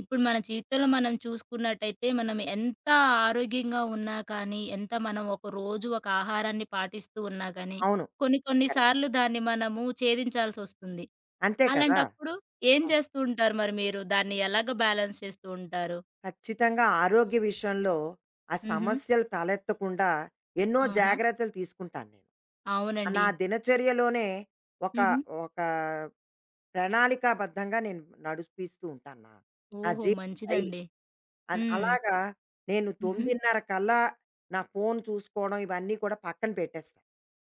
ఇప్పుడు మన జీవితంలో మనం చూసుకున్నట్టయితే మనం ఎంత ఆరోగ్యంగా ఉన్నా కానీ, ఎంత మనం ఒక రోజు ఒక ఆహారాన్ని పాటిస్తూ ఉన్నా కానీ, అవును. కొన్ని కొన్ని కరెక్ట్. సార్లు దాన్ని మనము ఛేదించాల్సొస్తుంది. అంతే కదా! అలాంటప్పుడు ఏం అవును. చేస్తూ ఉంటారు మరి మీరు? దాన్ని ఎలాగ బ్యాలెన్స్ చేస్తూ ఉంటారు? ఖచ్చితంగా ఆరోగ్య విషయంలో ఆ హుహు. సమస్యలు తలెత్తకుండా ఎన్నో ఆహా! జాగ్రత్తలు తీసుకుంటాను నేను. అవునండి. నా దినచర్యలోనే ఒక హుహు. ఒక ప్రణాళికాబద్ధంగా నేను నడిపిస్తూ ఉంటాను నా నా ఓహో! జీవిత శైలి. మంచిదండి. అది హ్మ్. అలాగా నేను హుహు. 9:30 కల్లా నా ఫోన్ చూసుకోవడం ఇవన్నీ కూడా పక్కన పెట్టేస్తాను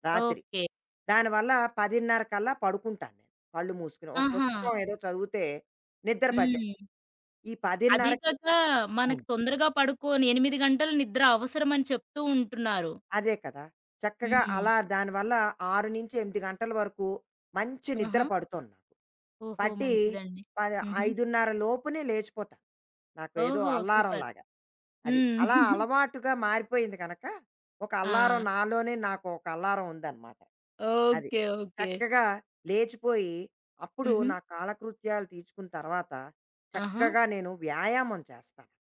రాత్రి. ఓకే. దానివల్ల 10:30 కల్లా పడుకుంటాను నేను కళ్ళు మూసుకుని. ఒక ఆహా! పుస్తకం ఏదో చదివితే నిద్ర పట్టేస్తుంది. హ్మ్. ఈ అదీ 10:30కి కాక మనకు అవును. తొందరగా పడుకోని 8 గంటలు నిద్ర అవసరమని చెప్తూ ఉంటున్నారు. అదే కదా! చక్కగా హ్మ్. అలా దానివల్ల 6-8 గంటల వరకు మంచి నిద్ర ఆహా! పడుతోంది నాకు. ఓహో! పట్టి మంచిదండి. పది హుహు. 5:30 లోపునే లేచిపోతాను. నాకు ఏదో ఓహో! సూపర్. అల్లారంలాగా. అది. హ్మ్. అలా అలవాటుగా మారిపోయింది గనక, ఒక అల్లారం ఆ! నాలోనే నాకు ఒక అల్లారం ఉందన్నమాట. అది. ఓకే. ఓకే. చక్కగా లేచిపోయి, అప్పుడు హుహు. నా కాలకృత్యాలు తీర్చుకున్న తర్వాత, ఆహా! చక్కగా నేను వ్యాయామం చేస్తాను.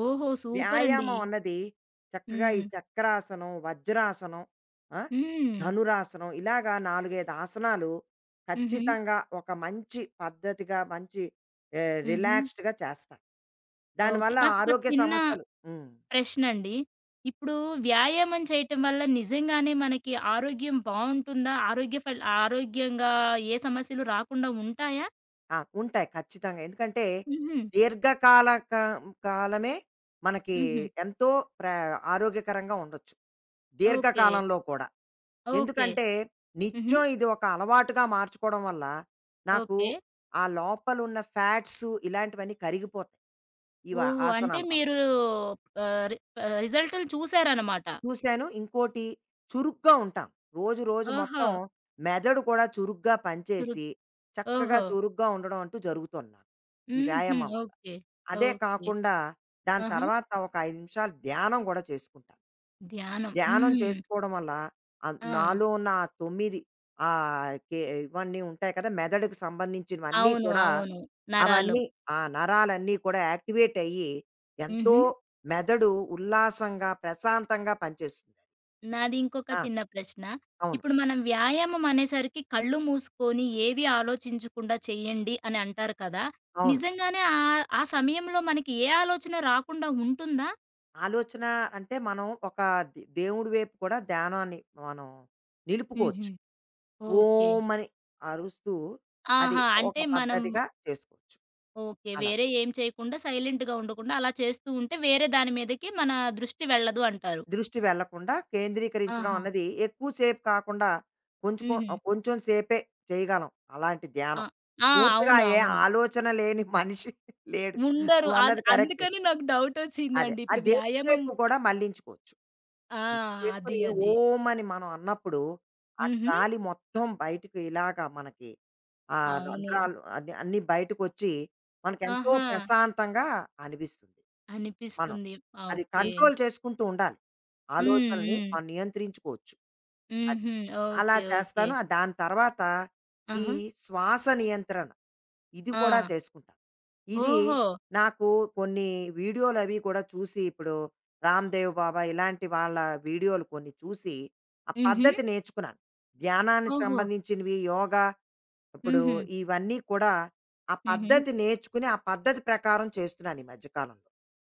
ఓహో! సూపరండి. వ్యాయామం అన్నది చక్కగా ఈ హ్మ్. చక్రాసనం, వజ్రాసనం, ఆ, హ్మ్. ధనురాసనం ఇలాగా 4, 5 ఆసనాలు హుహు. ఖచ్చితంగా ఒక మంచి పద్ధతిగా మంచి హుహు. రిలాక్స్డ్‌గా చేస్తా. ఓకే. దానివల్ల నాకొక ఆరోగ్య చిన్న సమస్యలు హ్మ్. ప్రశ్నండి. ఇప్పుడు వ్యాయామం చేయటం వల్ల నిజంగానే మనకి ఆరోగ్యం బావుంటుందా? ఆరోగ్యంగా ఏ సమస్యలు రాకుండా ఉంటాయా? ఆ, ఉంటాయి ఖచ్చితంగా. ఎందుకంటే హుహు. దీర్ఘకాలక కాలమే మనకి హుహు. ఎంతో ప్ర ఆరోగ్యకరంగా ఉండొచ్చు, ఓకే. దీర్ఘకాలంలో కూడా. ఓకే. ఎందుకంటే హుహు. నిత్యం ఇది ఒక అలవాటుగా మార్చుకోవడం వల్ల నాకు ఓకే. ఆ లోపల ఉన్న ఫ్యాట్స్ ఇలాంటివన్నీ కరిగిపోతాయి ఈ ఓహో! అంటే ఆసనాల వల్ల. మీరు ఆహ్, రి రిజల్టులు చూసారనమాట. చూశాను ఇంకోటి, చురుగ్గా ఉంటాం రోజు రోజు ఓహో! మొత్తం, మెదడు కూడా చురుగ్గా తురు పనిచేసి చక్కగా ఓహో! చురుగ్గా ఉండడం అంటూ జరుగుతుంది నాకు ఈ హుహు. వ్యాయామం వల్ల. ఓకే. అదే ఓకే. కాకుండా దాని ఆహా! తర్వాత ఒక ఐదు నిమిషాలు ధ్యానం కూడా చేసుకుంటాను. ధ్యానం. ధ్యానం హ్మ్. చేసుకోవడం వల్ల ఆ! నాలో ఉన్న ఆ 9 కే ఇవన్నీ ఉంటాయి కదా! మెదడుకు సంబంధించినవన్నీ అవును. కూడా అవును. నరాలు. అవన్నీ, ఆ నరాలన్నీ కూడా యాక్టివేట్ అయ్యి, ఎంతో హుహు. మెదడు ఉల్లాసంగా, ప్రశాంతంగా పనిచేస్తుంది. నాది ఇంకొక ఆ! చిన్న ప్రశ్న. అవును. ఇప్పుడు మనం వ్యాయామం అనేసరికి కళ్ళు మూసుకొని ఏది ఆలోచించకుండా చేయండి అని అంటారు కదా! అవును. నిజంగానే ఆ సమయంలో మనకి ఏ ఆలోచన రాకుండా ఉంటుందా? ఆలోచన అంటే మనం ఒక దేవుడి వైపు కూడా ధ్యానాన్ని మనం హుహు. నిలుపుకోవచ్చు. ఓకే. ఓం అని అరుస్తూ అది ఆహా! ఒక అంటే మనం పద్ధతిగా చేసుకోవచ్చు. ఓకే. అలా. వేరే ఏం చేయకుండా సైలెంట్‌గా ఉండకుండా అలా చేస్తూ ఉంటే వేరే దాని మీదకి మన దృష్టి వెళ్ళదు అంటారు. దృష్టి వెళ్ళకుండా కేంద్రీకరించడం ఆహా! అన్నది ఎక్కువసేపు కాకుండా కొంచెం హుహు. కొంచెం సేపే చేయగలం అలాంటి ఆ! ధ్యానం. ఆ! పూర్తిగా అవును. ఏ అవును. ఆలోచన లేని మనిషి లేడు. ఉండరు. నువ్వన్నది కరెక్ట్. అందుకని నాకు అదే. డౌటొచ్చిందండి. ఆ ఇప్పుడు దేవుడి వ్యాయామం వైపు కూడా మళ్ళించుకోవచ్చు. ఆ! అది. చేసుకొని అది. ఓం అని మనం అన్నప్పుడు, ఆ హుహు. గాలి మొత్తం బయటకి ఇలాగా మనకి ఆ అవును. రంధ్రాలు అన్నీ బయటకొచ్చి, మనకెంతో ఆహా! ప్రశాంతంగా అనిపిస్తుంది. మనం అనిపిస్తుంది. ఆ! అది ఓకే. కంట్రోల్ చేసుకుంటూ ఉండాలి. హ్మ్. ఆలోచనల్ని హ్మ్. మనం నియంత్రించుకోవచ్చు. అది. హుహు. అలా ఓకే. ఓకే. చేస్తాను. ఆ దాని తర్వాత ఈ ఆహా! శ్వాస నియంత్రణ ఇది కూడా ఆ! చేసుకుంటాను. ఇది ఓహో! నాకు కొన్ని వీడియోలవి కూడా చూసి ఇప్పుడు 'రామ్‌దేవ్ బాబా' ఇలాంటి వాళ్ళ వీడియోలు కొన్ని చూసి ఆ హుహు. పద్ధతి నేర్చుకున్నాను. ధ్యానానికి ఓహో! సంబంధించినవి, యోగా ఇప్పుడు హుహు. ఇవన్నీ కూడా ఆ హుహు. పద్ధతి నేర్చుకుని, ఆ పద్ధతి ప్రకారం చేస్తున్నాను ఈ మధ్య కాలంలో.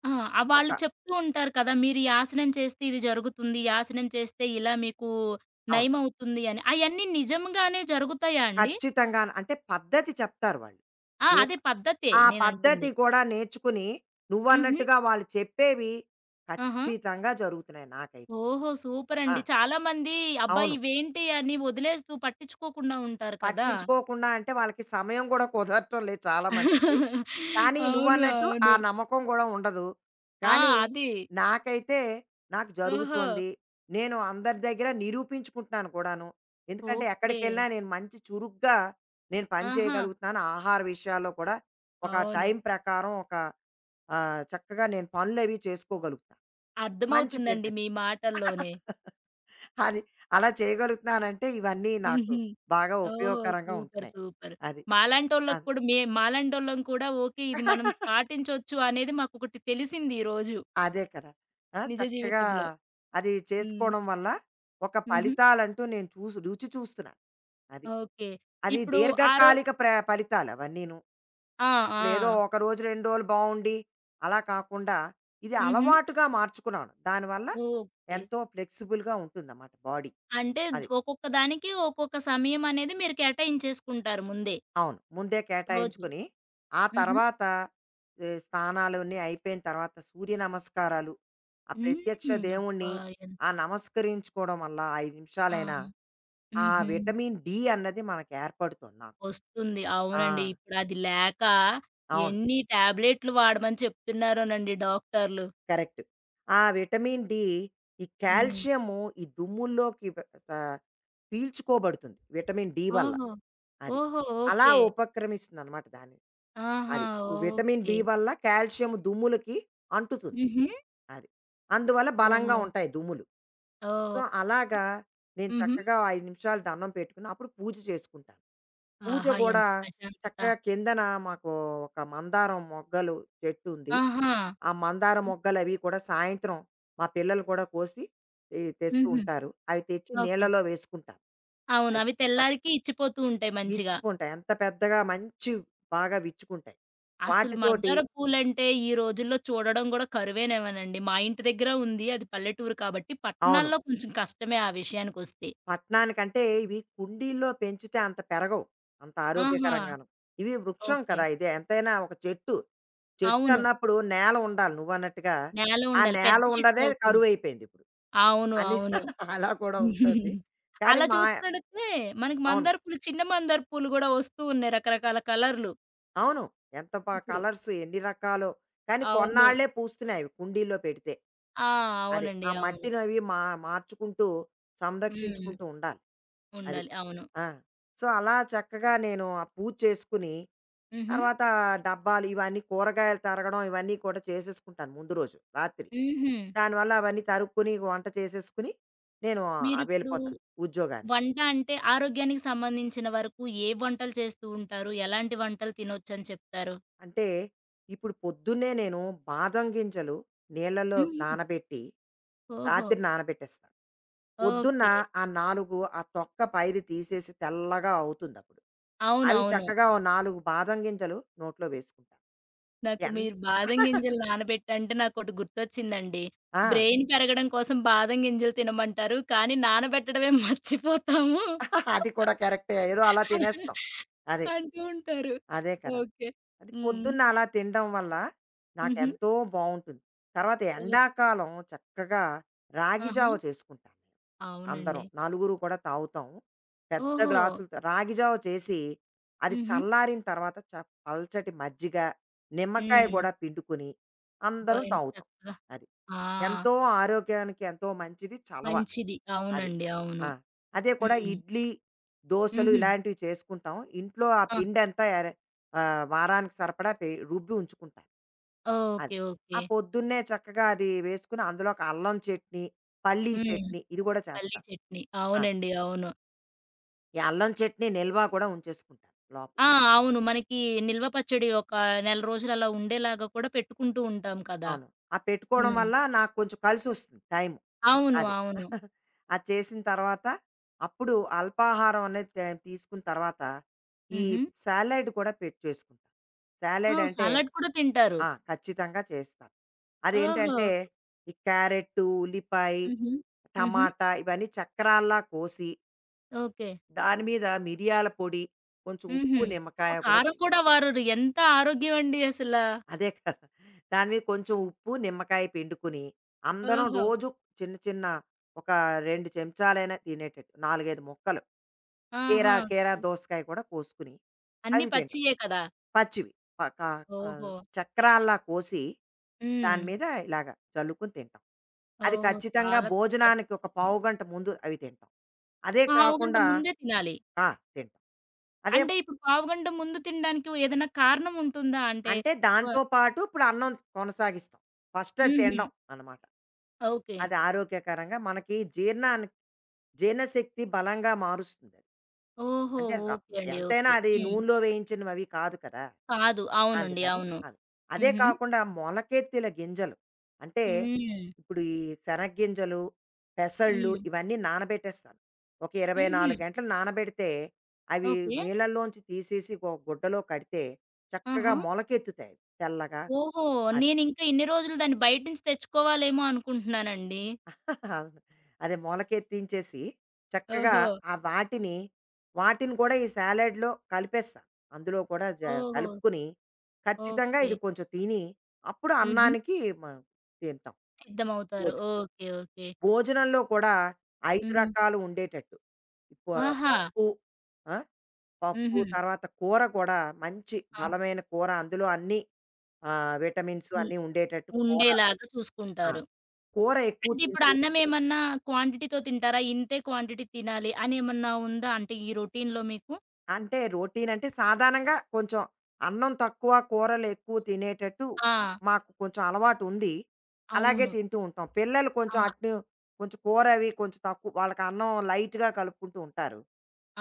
ఆ! ఒక వాళ్ళు చెప్తూ ఉంటారు కదా! మీరు ఈ ఆసనం చేస్తే ఇది జరుగుతుంది. ఈ ఆసనం చేస్తే ఇలా మీకు అవును. నయమవుతుంది అని. అయన్నీ నిజంగానే జరుగుతాయా అండి? ఖచ్చితంగాను. అంటే పద్ధతి చెప్తారు వాళ్ళు. ఆ! ఏ అదే ప- పద్ధతే ఆ నేనంటుంది. పద్ధతి కూడా నేర్చుకుని హుహు. నువ్వన్నట్టుగా వాళ్ళు చెప్పేవి ఆహా! ఖచ్చితంగా జరుగుతున్నాయి నాకైతే. ఓహో! ఆ! సూపరండి. చాలా మంది అబ్బా! అవును. ఇవేంటి అని వదిలేస్తూ పట్టించుకోకుండా ఉంటారు కదా! పట్టించుకోకుండా అంటే వాళ్ళకి సమయం కూడా కుదరటం లేదు చాలా మందికి. కానీ అవును. నువ్వన్నట్టు ఆ అవును. నమ్మకం గూడా ఉండదు. ఆ! కానీ అది. నాకైతే నాకు ఓహో! జరుగుతోంది. నేను అందరి దగ్గర నిరూపించుకుంటున్నాను కూడాను. ఎందుకంటే ఓకే. ఎక్కడికెళ్ళినా నేను మంచి చురుగ్గా నేను పని ఆహా! చేయగలుగుతున్నాను. ఆహార విషయాల్లో కూడా ఒక అవును. టైం ప్రకారం ఒక చక్కగా నేను పనులవి చేసుకోగలుగుతా. మంచి పేరు అర్థమవుతుందండి తెచ్చు. మీ మాటల్లోనే. అది అలా చేయగలుగుతున్నానంటే ఇవన్నీ నాకు హుహు. బాగా ఓహో! ఉపయోగకరంగా సూపర్. ఉంటున్నాయి. సూపర్. అది. మాలాంటోళ్ళకి అది. కూడా మే మాలాంటోళ్ళం కూడా ఓకే. ఇది మనం పాటించొచ్చు అనేది మాకొకటి తెలిసింది ఈ రోజు అదే కదా! ఆ! నిజ చక్కగా జీవితంలో. అది హ్మ్. చేసుకోవడం వల్ల ఒక హుహు. ఫలితాలంటూ నేను చూసి రుచి చూస్తున్నాను. అది. ఓకే. అది ఇప్పుడు ఆ రో దీర్ఘకాలిక ఫలితాలు అవన్నీను. ఆ! ఇప్పుడేదో ఆ! ఒక రోజు, 2 రోజులు బావుండి అలా కాకుండా ఇది హుహు. అలవాటుగా మార్చుకున్నాను. దానివల్ల ఓకే. ఎంతో ఫ్లెక్సిబుల్‌గా ఉంటుందన్నమాట బాడీ. అంటే ద అది. ఒక్కొక్క దానికి ఒక్కొక్క సమయం అనేది మీరు కేటాయించేసుకుంటారు ముందే అవును. ముందే రోజు. కేటాయించుకొని, ఆ హుహు. తర్వాత ఈ స్నానాలన్నీ అయిపోయిన తర్వాత సూర్య నమస్కారాలు, ఆ హ్మ్. ప్రత్యక్ష అబ్బా! దేవుణ్ణి ఎన్ ఆ నమస్కరించుకోవడం వల్ల 5 ఆ! నిమిషాలైనా ఆ హుహు. విటమిన్ డి అన్నది మనకు ఏర్పడుతుంది నాకు. వస్తుంది. ఆ! అవునండి. ఇప్పుడది లేక అవును. ఎన్ని టాబ్లెట్లు వాడమని చెప్తున్నారోనండి డాక్టర్లు. కరెక్ట్. ఆ విటమిన్ డి ఈ హ్మ్. కాల్షియము ఈ దుమ్ముల్లోకి ఆహ్, పీల్చుకోబడుతుంది విటమిన్ డి వల్ల. ఓహో! అది. ఓహో! అలా ఓకే. ఉపక్రమిస్తుందనమాట దాన్ని. ఆహా! అది. Vitamin okay. డి వల్ల కాల్షియం దుమ్ములకి అంటుతుంది. హుహు. అది. అందువల్ల బలంగా ఓహో! ఉంటాయి దుమ్ములు. ఓహ్! సో, అలాగా నేను హుహు. చక్కగా ఓ 5 నిమిషాలు దండం పెట్టుకుని అప్పుడు పూజ చేసుకుంటాను. పూజ ఆహా! గూడా ఎంత ప్రశాంతత. చక్కగా కిందన మాకు ఒక మందారం మొగ్గలు చెట్టు ఉంది. ఆహా! ఆ మందార మొగ్గలవి కూడా సాయంత్రం మా పిల్లలు కూడా కోసి ఈ తెస్తూ హుహు. ఉంటారు. అవి తెచ్చి ఓకే. నీళ్ళలో వేసుకుంటాను. అవును. అది. అవి చక్ తెల్లారికి ఇచ్చిపోతూ ఉంటాయి మంచిగా. విచ్చుకుంటాయి. ఎంత పెద్దగా మంచి బాగా విచ్చుకుంటాయి. అసలు వాటితోటి మందార పూలంటే ఈ రోజుల్లో చూడడం గూడా కరువేనేమోనండి. మా ఇంటి దగ్గర ఉంది. అది పల్లెటూరు కాబట్టి అవును. పట్టణాల్లో కొంచెం కష్టమే ఆ విషయానికొస్తే. పట్టణానికంటే ఇవి కుండీల్లో పెంచితే అంత పెరగవు, అంత ఆహా! ఆరోగ్యకరంగాను. ఇవి వృక్షం ఓకే. కదా! ఇది ఎంతైనా ఒక చెట్టు. చెట్టు అవును. అన్నప్పుడు నేల ఉండాలి నువ్వన్నట్టుగా. నేల ఆ ఉండాలి. పెద్ద నేల ఉండదే చెట్లవుతూ ఉంటాయి. కరువైపోయిందిప్పుడు అవును. అని అవును. అలా కూడా ఉంటుంది. కానీ అలా మా చూస్తున్నట్టయితే మనకి అవును. మందార పూలు, చిన్న మందార పూలు గూడా వస్తూ ఉన్నాయి రకరకాల కలర్లు అవును. ఎంత బా ఇప్పుడు. కలర్స్ ఎన్ని రకాలో. కానీ అవును. కొన్నాళ్ళే పూస్తున్నాయి అవి కుండీల్లో పెడితే. ఆ! అది. అవునండి. ఆ అవును. మట్టినవి మా మార్చుకుంటూ, హ్మ్. సంరక్షించుకుంటూ ఉండాలి. అది. ఉండాలి. అవును. ఆ! సో, అలా చక్కగా నేను ఆ పూజ చేసుకుని, హుహు. తర్వాత డబ్బాలు ఇవన్నీ కూరగాయలు తరగడం ఇవన్నీ కూడా చేసేసుకుంటాను ముందు రోజు రాత్రి. హుహు. దానివల్ల అవన్నీ తరుక్కొని, వంట చేసేసుకుని, నేను మీరిప్పుడు వెళ్ళిపోతాను ఉద్యోగానికి. వంట అంటే ఆరోగ్యానికి సంబంధించిన వరకు ఏ వంటలు చేస్తూ ఉంటారు? ఎలాంటి వంటలు తినొచ్చని చెప్తారు? అంటే ఇప్పుడు పొద్దున్నే నేను బాదం గింజలు నీళ్ళలో హుహు. నానబెట్టి, ఓహో! రాత్రి నానబెట్టేస్తాను. పొద్దున్న ఓకే. ఆ 4 ఆ తొక్క పైది తీసేసి తెల్లగా అవుతుందప్పుడు. అవి అవునవును. చక్కగా ఓ 4 బాదం గింజలు నోట్లో వేసుకుంటా. నాకు ఎంత మీరు బాదం గింజలు నానబెట్టంటే నాకోటి గుర్తొచ్చిందండి. ఆ! బ్రెయిన్ పెరగడం కోసం బాదం గింజలు తినమంటారు. కానీ నానబెట్టడమే మర్చిపోతాము. అది కూడా కరెక్టే. ఏదో అలా తినేస్తాం. అదే. అంటూ ఉంటారు. అదే కదా! ఓకే. అది హ్మ్. పొద్దున్న అలా తినడం వల్ల హుహు. నాకెంతో బావుంటుంది. తర్వాత ఓహ్! ఎండాకాలం చక్కగా రాగి ఆహా! జావ చేసుకుంటాం మేము. అవునండి. అందరం నలుగురు కూడా తాగుతాం. పెద్ద ఓహో! గ్లాసులతో రాగి జావ చేసి, అది హుహు. చల్లారిన తర్వాత పల్చటి మజ్జిగ, నిమ్మకాయ హ్మ్. కూడా పిండుకొని అబ్బా! అందరం ఎంత తాగుతాం. చక్కగా అది. ఆ! ఎంతో ఆరోగ్యానికి ఎంతో మంచిది. చలవ. మంచిది. అది. అవునండి. అవును. ఆ! అదే కూడా హ్మ్. ఇడ్లీ, దోసలు హుహు. ఇలాంటివి చేసుకుంటాం. ఇంట్లో ఆ ఆ! పిండంతా వారానికి సరిపడా రుబ్బి ఉంచుకుంటాను. అది. ఓకే. ఓకే. ఆ పొద్దున్నే చక్కగా అది వేసుకుని అందులోకి అల్లం చట్నీ, పల్లీ హ్మ్. చట్నీ ఇది కూడా పల్లీ చేస్తాను. చట్నీ. ఆ! అవునండి. అవును. ఈ అల్లం చట్నీ నిల్వ కూడా ఉంచేసుకుంటాను లోపల. ఆ! అవును. మనకి నిల్వ పచ్చడి ఒక నెల రోజులు అలా ఉండేలాగా కూడా పెట్టుకుంటూ ఉంటాం కదా! అవును. ఆ పెట్టుకోవడం హ్మ్. వల్ల నాకు కొంచెం కలిసొస్తుంది టైము. అవును. అది. అవును. అది చేసిన తర్వాత అప్పుడు అల్పాహారం అనేది తీసుకున్న తర్వాత, ఈ హుహు. సాలడ్ కూడా పెట్ చేసుకుంటా. Salad oh! అంటే సలాడ్ కూడా తింటారు. ఆ! ఖచ్చితంగా చేస్తాను. ఓహో! అదేంటంటే, ఈ క్యారెట్టు, ఉల్లిపాయ, హుహు. హుహు. టమాటా ఇవన్నీ చక్రాల్లా కోసి, ఓకే. దాని మీద మిరియాల పొడి, కొంచెం హుహు. ఉప్పు, అబ్బా! నిమ్మకాయ కూడా. కారం కూడా వారరు. ఎంత ఆరోగ్యం అండి అసల. అదే కదా! దాని మీద కొంచెం ఉప్పు, నిమ్మకాయ పిండుకుని, అందరం ఓహో! రోజు చిన్న చిన్న ఒక 2 చెంచాలైనా తినేటట్టు 4, 5 ముక్కలు. ఆహా! కీరా కీరా దోసకాయ కూడా కోసుకుని, అన్నీ అవి తింటాం. పచ్చియే కదా! పచ్చివి. ప క ఆహ్, ఓహో! చక్రాల్లా కోసి, హ్మ్. దాని మీద ఇలాగ చల్లుకుని తింటాం. అది ఓహో! ఖచ్చితంగా చాలా చక్కగా భోజనానికి ఒక చెప్పారది. పావుగంట ముందు అవి తింటాం. అదే పావుగంట కాకుండా ముందే తినాలి. ఆ! తింటాం. అదే అంటే ఇప్పుడు పావుగంట ముందు తినడానికి ఏదైనా కారణం ఉంటుందా? అంటే అంటే వ దాంతో పాటు ఇప్పుడు అన్నం కొనసాగిస్తాం. ఫస్ట్ అది హుహు. తినడం అనమాట. ఓకే. అది ఆరోగ్యకరంగా మనకి జీర్ణానికి జీర్ణశక్తి బలంగా మారుస్తుందది. ఓహో! అంటే ర ఓకే అండి. ఎంతైనా ఓకే. అది హ్మ్. నూనెలో వేయించినవవి కాదు కదా! కాదు. అవునండి. అందుకని అవును. అది. అదే హుహు. కాకుండా మొలకెత్తిల గింజలు. అంటే హ్మ్. ఇప్పుడు ఈ శనగ్గింజలు, పెసళ్ళు హ్మ్. ఇవన్నీ నానబెట్టేస్తాను. ఒక హుహు. 24 గంటలు నానబెడితే అవి ఓకే. నీళ్ళల్లోంచి తీసేసి ఒక గుడ్డలో కడితే చక్కగా ఆహా! మొలకెత్తుతాయి తెల్లగా. ఓహో! అది నేనింకా ఇన్ని రోజులు దాన్ని బయట నుంచి తెచ్చుకోవాలేమో అనుకుంటున్నానండి. అది మొలకెత్తించేసి చక్కగా ఓహో! ఆ వాటిని వాటిని కూడా ఈ సాలెడ్లో కలిపేస్తాను. అందులో కూడా ఓహో! కలుపుకుని ఖచ్చితంగా ఓకే. ఇది కొంచెం తిని అప్పుడు హుహు. అన్నానికి మనం తింటాం. సిద్ధమవుతారు. భోజనం ఓకే. ఓకే. భోజనంలో కూడా ఐదు హుహు. రకాలు ఉండేటట్టు ఇప్పు- ఆహా! పప్పు ఆ, పప్పు హుహు. తర్వాత కూర కూడా మంచి ఆ! బలమైన కూర అందులో అన్ని విటమిన్స్ ఉ అన్ని ఉండేటట్టు కూర ఉండేలాగా ఆ, చూసుకుంటారు. కూర ఎక్కువ అంటే ఇప్పుడు తింటూ. అన్నమేమన్నా క్వాంటిటీతో తింటారా? ఇంతే క్వాంటిటీ తినాలి అనేమన్నా ఉందా? అంటే ఈ రొటీన్‌లో మీకు? అంటే రోటీన్ అంటే సాధారణంగా కొంచెం అన్నం తక్కువ, కూరలు ఎక్కువ తినేటట్టు ఆ! మాకు కొంచెం అలవాటు ఉంది. అలాగే అవును. తింటూ ఉంటాం. పిల్లలు కొంచెం ఆ! అటు కొంచెం కూర అవి కొంచెం తక్కువ వాళ్ళకి అన్నం లైట్‌గా కలుపుకుంటూ ఉంటారు.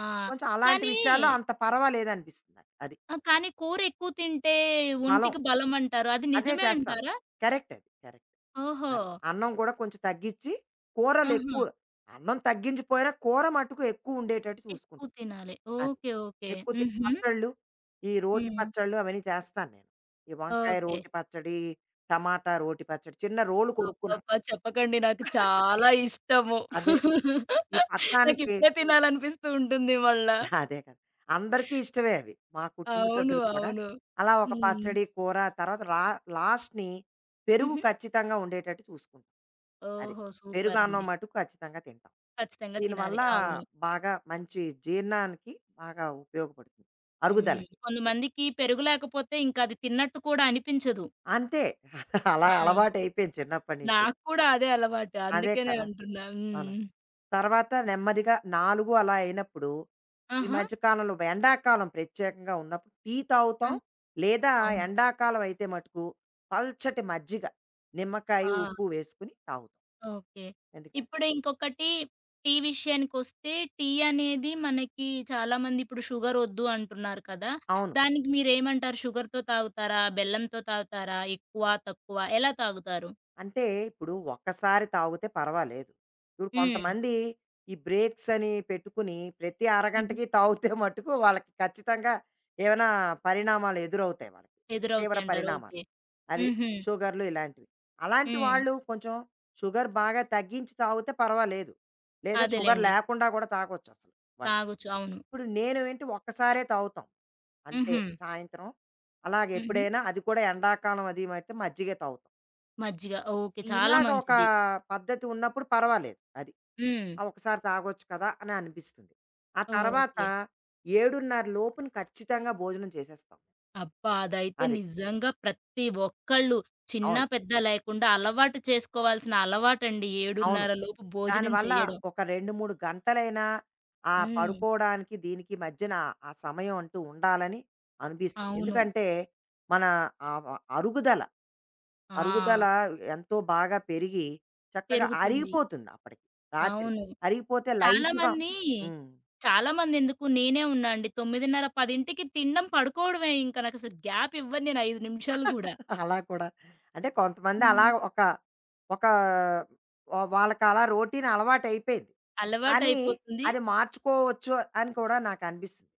ఆ! కొంచెం అలాంటి కానీ విషయాల్లో అంత పర్వాలేదనిపిస్తుంది నాకు. అది ఆ! కానీ కూరెక్కువ తింటే బలం. ఒంటికి బలమంటారు. అది అదే నిజమే చేస్తాను. అంటారా? కరెక్ట్ అది. కరెక్ట్. ఓహో! అది. అన్నం కూడా కొంచెం తగ్గిచ్చి, ఆహా! కూరలెక్కువ అన్నం తగ్గించపోయినా కూర మట్టుకు ఎక్కువుండేటట్టు ఎక్కువ చూసుకుంటాం. తినాలి. అది. ఓకే. ఓకే. ఎక్కువ తిని హుహు. పచ్చళ్ళు, ఈ రోటి హ్మ్. పచ్చళ్ళు అవన్నీ చేస్తాను నేను. ఈ వంకాయ ఓకే. రోటి పచ్చడి, టమాటా రోటి పచ్చడి, చిన్న రోలు కొనుక్కున్నాను. అబ్బబ్బా! చెప్పకండి నాకు చాలా ఇష్టము. అదే. ఈ పట్నానికి నాకిప్పుడే తినాలనిపిస్తూ ఉంటుంది మళ్ళా. అదే కదా! అందరికీ ఇష్టమే అవి. మా కుటుంబ అవును. సభ్యులకు కూడా. అవును. అలా ఒక హ్మ్. పచ్చడి, కూర తర్వాత లాస్ట్‌ని పెరుగు హుహు. ఖచ్చితంగా ఉండేటట్టు చూసుకుంటాం. అది. ఓహో! సూపర్ పెరుగన్నం అండి. మటుకు ఖచ్చితంగా తింటాం. ఖచ్చితంగా దీనివల్ల తినాలి. అవును. బాగా మంచి జీర్ణానికి బాగా ఉపయోగపడుతుంది, హ్మ్. అరుగుదలకి. కొంతమందికి పెరుగు లేకపోతే ఇంకది తిన్నట్టు కూడా అనిపించదు. అంతే. అలా ఆ! అలవాటయిపోయింది చిన్నప్పటి నుంచేను. నాకు కూడా అదే అలవాటు. అదే అందుకనే కదా! అంటున్నా. మనం. హ్మ్. తర్వాత నెమ్మదిగా 4 అలా అయినప్పుడు, ఈ ఆహా! మధ్య కాలంలో ఎండాకాలం ప్రత్యేకంగా ఉన్నప్పుడు టీ ఆ! తాగుతాం. లేదా అవును. ఎండాకాలం అయితే మటుకు పల్చటి మజ్జిగ, నిమ్మకాయ, ఆ! ఉప్పు వేసుకొని తాగుతాం. ఓకే. ఎందుకని ఇప్పుడు ఇంకొకటి టీ విషయానికొస్తే, టీ అనేది మనకి చాలామంది ఇప్పుడు షుగర్ వద్దు అంటున్నారు కదా! అవును. దానికి మీరేమంటారు? షుగర్‌తో తాగుతారా? బెల్లంతో తాగుతారా? ఎక్కువ, తక్కువ ఎలా తాగుతారు? అంటే ఇప్పుడు ఒక్కసారి తాగితే పర్వాలేదు. ఇప్పుడు హ్మ్. కొంతమంది ఈ బ్రేక్స్ అని పెట్టుకుని ప్రతి హుహు. అరగంటకి తాగితే మట్టుకు వాళ్ళకి ఖచ్చితంగా ఏమైనా పరిణామాలు ఎదురవుతాయి వాళ్ళకి. తీవ్ర ఎదురవుతాయి అంటారు. పరిణామాలు. ఓకే. అది హుహు. షుగర్‌లు ఇలాంటివి. అలాంటి హ్మ్. వాళ్ళు కొంచెం షుగర్ బాగా తగ్గించి తాగితే పర్వాలేదు. లేదా షుగర్ అదేలెండి. లేకుండా కూడా తాగొచ్చసలు వాళ్ళు. తాగొచ్చు. అవును. ఇప్పుడు నేను ఏంటి ఒక్కసారే తాగుతాం. అంతే హుహు. సాయంత్రం. హుహు. అలాగెప్పుడైనా అది కూడా ఎండాకాలం అది అయితే మజ్జిగే తాగుతాం. మజ్జిగ ఓకే. చాలా ఇలాగ ఒక మంచిది. పద్ధతి ఉన్నప్పుడు పర్వాలేదు. అది. హ్మ్. ఆ ఒకసారి తాగొచ్చు కదా! అని అనిపిస్తుంది. ఆ తర్వాత ఓకే. 7:30 లోపున ఖచ్చితంగా భోజనం చేసేస్తాం. అబ్బా! అదైతే అది. నిజంగా ప్రతి ఒక్కళ్ళు చిన్న, అవును. పెద్ద లేకుండా అలవాటు చేసుకోవాల్సిన అలవాటండి. అవును. 7:30 లోపు భోజనం దానివల్ల చేయడం. ఒక 2, 3 గంటలైనా ఆ హ్మ్. పడుకోవడానికి దీనికి మధ్యన ఆ సమయం అంటూ ఉండాలని అనిపిస్తుంది. అవును. ఎందుకంటే మన ఆహ్, వ అరుగుదల, ఆ! అరుగుదల ఎంతో బాగా పెరిగి చక్కగా పెరుగుతుంది. అరిగిపోతుంది అప్పటికి. రాత్రి అవును. అరిగిపోతే లైట్‌గా చాలామంది హ్మ్. చాలామందెందుకు నేనే ఉన్నా అండి. 9:30, 10కి తినడం, పడుకోవడమే ఇంక. నాకసలు గ్యాప్ ఇవ్వను నేను 5 నిమిషాలు గూడా. అలా కూడా. అంటే కొంతమంది అలా హ్మ్. ఒక ఒక వాళ్ళకి అలా రొటీన్ అలవాటయిపోయింది. కానీ అలవాటయిపోతుంది. అది మార్చుకోవచ్చు అని కూడా నాకనిపిస్తుంది.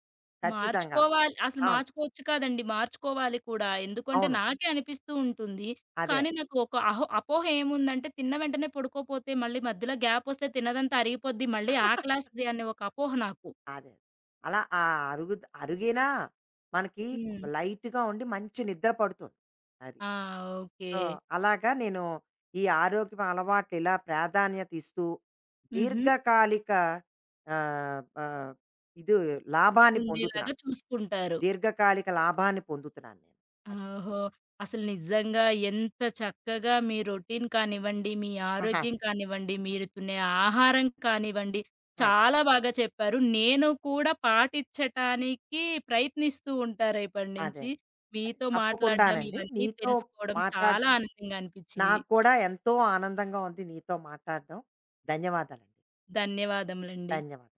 ఖచ్చితంగాను. మార్చుకోవాలి. అసలు అవును. మార్చుకోవచ్చు కాదండి. మార్చుకోవాలి కూడా. ఎందుకంటే అవును. నాకే అనిపిస్తూ ఉంటుంది. అదే. కానీ నాకు ఒక అపోహ ఏముందంటే తిన్న వెంటనే పడుకోపోతే మళ్ళీ మధ్యలో గ్యాపొస్తే తిన్నదంతా అరిగిపోద్ది. మళ్ళీ ఆకలేస్తది అనే ఒక అపోహ నాకు. అదే. అలా ఆ అరుగు అరిగినా మనకి హ్మ్. లైట్‌గా ఉండి మంచి నిద్ర పడుతుంది. అది. ఆ! ఓకే. సో, అలాగా నేను ఈ ఆరోగ్యం అలవాట్లు ఇలా ప్రాధాన్యత ఇస్తూ హుహు. దీర్ఘకాలిక ఆ, ఆ, ఇది లాభాన్ని ఉండేలాగా పొందుతున్నాను. చూసుకుంటారు. దీర్ఘకాలిక లాభాన్ని పొందుతున్నాను నేను. అది. ఓహో! అసలు నిజంగా ఎంత చక్కగా మీ రొటీన్ కానివ్వండి, మీ ఆహా, ఆరోగ్యం కానివ్వండి, మీరు తినే ఆహారం కానివ్వండి, ఆ, చాలా బాగా చెప్పారు. నేను కూడా పాటించటానికి ప్రయత్నిస్తూ ఉంటారు అదే ఇప్పటినుంచి. అదే మీతో మాట్లాడడం, తప్పకుండానండి ఇవన్నీ నీతో తెలుసుకోవడం చాలా మాట్లాడడం. ఆనందంగా అనిపించింది. నాకు కూడా ఎంతో ఆనందంగా ఉంది నీతో మాట్లాడడం. ధన్యవాదాలండి. ధన్యవాదములండి. ధన్యవాదాలు.